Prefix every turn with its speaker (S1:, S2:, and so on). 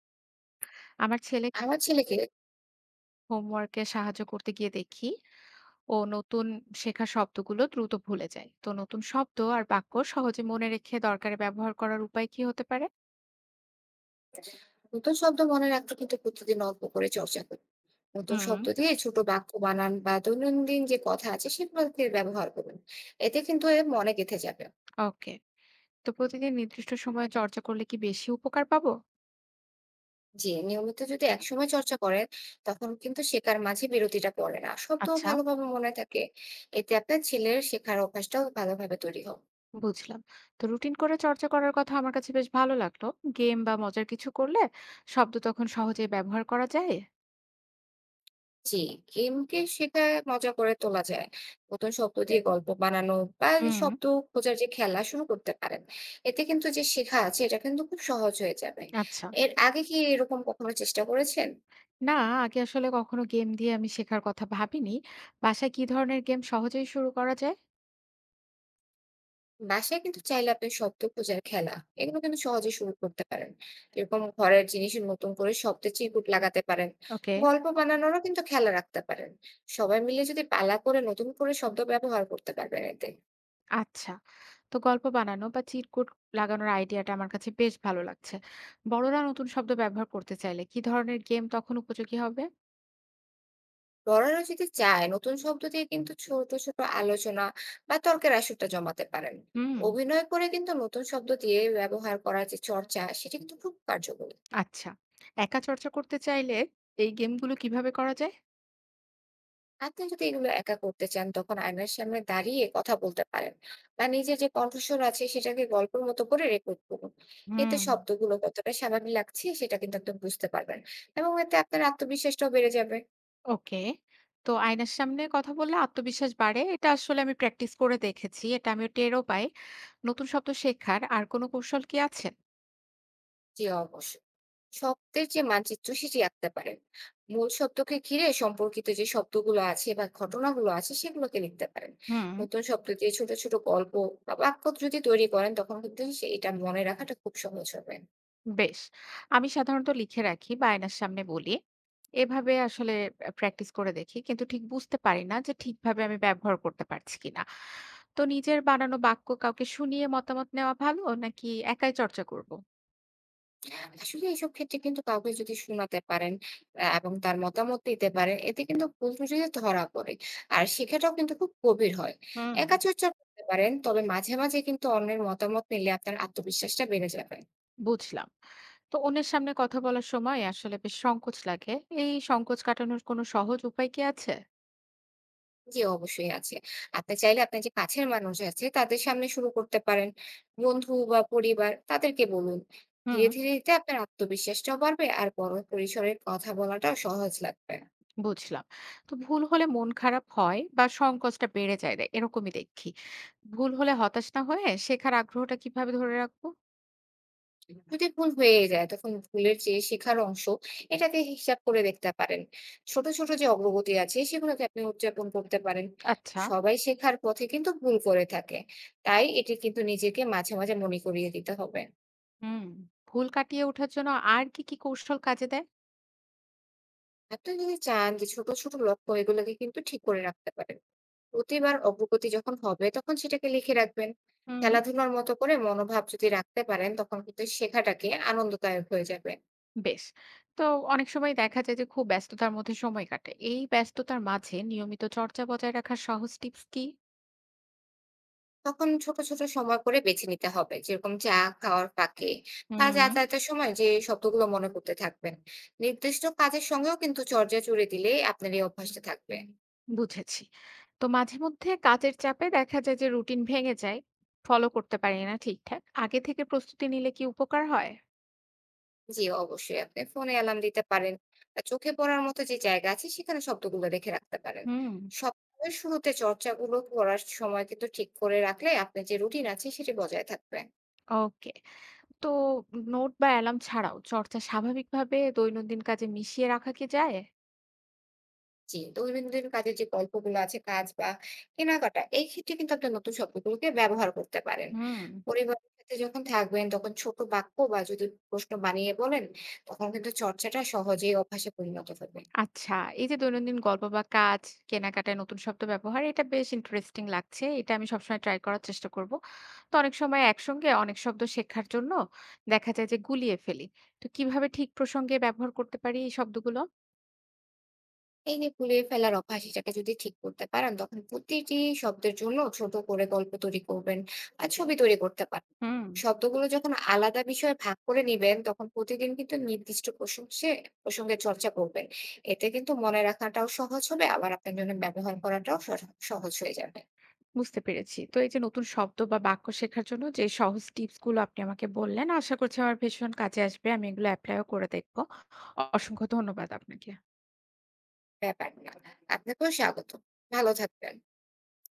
S1: আমার ছেলেকে
S2: আমার ছেলেকে
S1: হোমওয়ার্কে সাহায্য করতে গিয়ে দেখি ও নতুন শেখা শব্দগুলো দ্রুত ভুলে যায়। তো নতুন শব্দ আর বাক্য সহজে মনে রেখে দরকারে ব্যবহার করার উপায় কি হতে পারে?
S2: নতুন শব্দ মনে রাখতে কিন্তু প্রতিদিন অল্প করে চর্চা করি। নতুন
S1: হুম।
S2: শব্দ দিয়ে ছোট বাক্য বানান বা দৈনন্দিন যে কথা আছে সেগুলোকে ব্যবহার করুন। এতে কিন্তু এর মনে গেঁথে যাবে।
S1: ওকে। তো প্রতিদিন নির্দিষ্ট সময়ে চর্চা করলে কি বেশি উপকার পাবো?
S2: যে নিয়মিত যদি একসময় চর্চা করেন, তখন কিন্তু শেখার মাঝে বিরতিটা পড়ে না, শব্দ
S1: আচ্ছা।
S2: ভালোভাবে মনে থাকে। এতে আপনার ছেলের শেখার অভ্যাসটাও ভালোভাবে তৈরি হবে।
S1: বুঝলাম। তো রুটিন করে চর্চা করার কথা আমার কাছে বেশ ভালো লাগলো। গেম বা মজার কিছু করলে শব্দ তখন সহজে ব্যবহার করা যায়।
S2: জি, গেমকে শেখা মজা করে তোলা যায়। নতুন শব্দ দিয়ে গল্প বানানো বা এই
S1: হুম।
S2: শব্দ খোঁজার যে খেলা শুরু করতে পারেন। এতে কিন্তু যে শেখা আছে এটা কিন্তু খুব সহজ হয়ে যাবে।
S1: আচ্ছা।
S2: এর আগে কি এরকম কখনো চেষ্টা করেছেন?
S1: না, আগে আসলে কখনো গেম দিয়ে আমি শেখার কথা ভাবিনি। বাসায় কি ধরনের গেম সহজেই শুরু করা যায়?
S2: বাসায় কিন্তু চাইলে আপনি শব্দ খোঁজার খেলা এগুলো কিন্তু সহজে শুরু করতে পারেন। এরকম ঘরের জিনিসে নতুন করে শব্দে চিরকুট লাগাতে পারেন।
S1: ওকে।
S2: গল্প বানানোরও কিন্তু খেলা রাখতে পারেন। সবাই মিলে যদি পালা করে নতুন করে শব্দ ব্যবহার করতে পারবেন এতে।
S1: আচ্ছা। তো গল্প বানানো বা চিট কোড লাগানোর আইডিয়াটা আমার কাছে বেশ ভালো লাগছে। বড়রা নতুন শব্দ ব্যবহার করতে চাইলে কি ধরনের গেম তখন উপযোগী হবে?
S2: বড়রা যদি চায় নতুন শব্দ দিয়ে কিন্তু ছোট ছোট আলোচনা বা তর্কের আসরটা জমাতে পারেন।
S1: হুম।
S2: অভিনয় করে কিন্তু নতুন শব্দ দিয়ে ব্যবহার করার যে চর্চা, সেটা কিন্তু খুব কার্যকরী।
S1: আচ্ছা। একা চর্চা করতে চাইলে এই গেমগুলো কিভাবে করা যায়?
S2: আপনি যদি এগুলো একা করতে চান তখন আয়নার সামনে দাঁড়িয়ে কথা বলতে পারেন বা নিজের যে কণ্ঠস্বর আছে সেটাকে গল্পের মতো করে রেকর্ড করুন। এতে
S1: হুম।
S2: শব্দগুলো কতটা স্বাভাবিক লাগছে সেটা কিন্তু আপনি বুঝতে পারবেন, এবং এতে আপনার আত্মবিশ্বাসটাও বেড়ে যাবে।
S1: ওকে। তো আয়নার সামনে কথা বললে আত্মবিশ্বাস বাড়ে। এটা আসলে আমি প্র্যাকটিস করে দেখেছি। এটা আমিও টেরও পাই। নতুন শব্দ শেখার আর কোনো কৌশল কি আছে?
S2: জি অবশ্যই। শব্দের যে মানচিত্র সেটি আঁকতে পারেন। মূল শব্দকে ঘিরে সম্পর্কিত যে শব্দগুলো আছে বা ঘটনাগুলো আছে সেগুলোকে লিখতে পারেন।
S1: হুম।
S2: নতুন শব্দ দিয়ে ছোট, ছোট গল্প বা বাক্য যদি তৈরি করেন তখন কিন্তু সে এটা মনে রাখাটা খুব সহজ হবে।
S1: বেশ। আমি সাধারণত লিখে রাখি বা আয়নার সামনে বলি। এভাবে আসলে প্র্যাকটিস করে দেখি। কিন্তু ঠিক বুঝতে পারি না যে ঠিকভাবে আমি ব্যবহার করতে পারছি কিনা। তো নিজের বানানো বাক্য কাউকে শুনিয়ে মতামত নেওয়া ভালো নাকি একাই চর্চা করব?
S2: আসলে এসব ক্ষেত্রে কিন্তু কাউকে যদি শোনাতে পারেন এবং তার মতামত দিতে পারেন, এতে কিন্তু ভুল ত্রুটিটা ধরা পড়ে। আর শেখাটাও কিন্তু খুব গভীর হয়।
S1: হুম।
S2: একা চর্চা করতে পারেন, তবে মাঝে, মাঝে কিন্তু অন্যের মতামত নিলে আপনার আত্মবিশ্বাসটা বেড়ে যাবে।
S1: বুঝলাম। তো অন্যের সামনে কথা বলার সময় আসলে বেশ সংকোচ লাগে। এই সংকোচ কাটানোর কোনো সহজ উপায় কি আছে?
S2: জি অবশ্যই আছে। আপনি চাইলে আপনার যে কাছের মানুষ আছে তাদের সামনে শুরু করতে পারেন। বন্ধু বা পরিবার তাদেরকে বলুন। ধীরে,
S1: হুম।
S2: ধীরে এতে আপনার আত্মবিশ্বাসটাও বাড়বে আর বড় পরিসরে কথা বলাটাও সহজ লাগবে।
S1: বুঝলাম। তো ভুল হলে মন খারাপ হয় বা সংকোচটা বেড়ে যায় এরকমই দেখি। ভুল হলে হতাশ না হয়ে শেখার আগ্রহটা কিভাবে ধরে রাখবো?
S2: যদি ভুল হয়ে যায় তখন ভুলের যে শেখার অংশ এটাকে হিসাব করে দেখতে পারেন। ছোট, ছোট যে অগ্রগতি আছে সেগুলোকে আপনি উদযাপন করতে পারেন।
S1: আচ্ছা।
S2: সবাই শেখার পথে কিন্তু ভুল করে থাকে। তাই এটি কিন্তু নিজেকে মাঝে, মাঝে মনে করিয়ে দিতে হবে।
S1: হুম। ভুল কাটিয়ে ওঠার জন্য আর কি কৌশল কাজে দেয়?
S2: আপনি যদি চান যে ছোট ছোট লক্ষ্য এগুলোকে কিন্তু ঠিক করে রাখতে পারেন। প্রতিবার অগ্রগতি যখন হবে তখন সেটাকে লিখে রাখবেন।
S1: হুম।
S2: খেলাধুলার মতো করে মনোভাব যদি রাখতে পারেন তখন কিন্তু শেখাটাকে আনন্দদায়ক হয়ে যাবে।
S1: বেশ। তো অনেক সময় দেখা যায় যে খুব ব্যস্ততার মধ্যে সময় কাটে। এই ব্যস্ততার মাঝে নিয়মিত চর্চা বজায় রাখার সহজ টিপস কি?
S2: তখন ছোট ছোট সময় করে বেছে নিতে হবে, যেরকম চা খাওয়ার ফাঁকে বা
S1: হুম।
S2: যাতায়াতের সময় যে শব্দগুলো মনে করতে থাকবেন। নির্দিষ্ট কাজের সঙ্গেও কিন্তু চর্চা জুড়ে দিলে আপনার এই অভ্যাসটা থাকবে।
S1: বুঝেছি। তো মাঝে মধ্যে কাজের চাপে দেখা যায় যে রুটিন ভেঙে যায়। ফলো করতে পারি না ঠিকঠাক। আগে থেকে প্রস্তুতি নিলে কি উপকার হয়?
S2: জি অবশ্যই। আপনি ফোনে অ্যালার্ম দিতে পারেন। চোখে পড়ার মতো যে জায়গা আছে সেখানে শব্দগুলো রেখে রাখতে পারেন।
S1: হুম।
S2: সপ্তাহের শুরুতে চর্চাগুলো করার সময় কিন্তু ঠিক করে রাখলে আপনার যে রুটিন আছে সেটি বজায় থাকবে।
S1: ওকে। তো নোট বা অ্যালার্ম ছাড়াও চর্চা স্বাভাবিকভাবে দৈনন্দিন কাজে মিশিয়ে রাখা কি যায়?
S2: জি, দৈনন্দিন কাজের যে গল্পগুলো আছে কাজ বা কেনাকাটা এই ক্ষেত্রে কিন্তু আপনার নতুন শব্দগুলোকে ব্যবহার করতে পারেন।
S1: হুম।
S2: পরিবারের সাথে যখন থাকবেন তখন ছোট বাক্য বা যদি প্রশ্ন বানিয়ে বলেন, তখন কিন্তু চর্চাটা সহজেই অভ্যাসে পরিণত হবে।
S1: আচ্ছা। এই যে দৈনন্দিন গল্প বা কাজ, কেনাকাটায় নতুন শব্দ ব্যবহার, এটা বেশ ইন্টারেস্টিং লাগছে। এটা আমি সবসময় ট্রাই করার চেষ্টা করব। তো অনেক সময় একসঙ্গে অনেক শব্দ শেখার জন্য দেখা যায় যে গুলিয়ে ফেলি। তো কিভাবে ঠিক প্রসঙ্গে ব্যবহার করতে পারি এই শব্দগুলো?
S2: এই যে গুলিয়ে ফেলার অভ্যাস এটাকে যদি ঠিক করতে পারেন তখন প্রতিটি শব্দের জন্য ছোট করে গল্প তৈরি করবেন আর ছবি তৈরি করতে পারেন।
S1: হুম।
S2: শব্দগুলো যখন আলাদা বিষয়ে ভাগ করে নিবেন তখন প্রতিদিন কিন্তু নির্দিষ্ট প্রসঙ্গে প্রসঙ্গে চর্চা করবেন। এতে কিন্তু মনে রাখাটাও সহজ হবে, আবার আপনার জন্য ব্যবহার করাটাও সহজ হয়ে যাবে।
S1: বুঝতে পেরেছি। তো এই যে নতুন শব্দ বা বাক্য শেখার জন্য যে সহজ টিপস গুলো আপনি আমাকে বললেন, আশা করছি আমার ভীষণ কাজে আসবে। আমি এগুলো এপ্লাই ও করে দেখব। অসংখ্য ধন্যবাদ আপনাকে।
S2: ব্যাপার না, আপনাকেও স্বাগত। ভালো থাকবেন।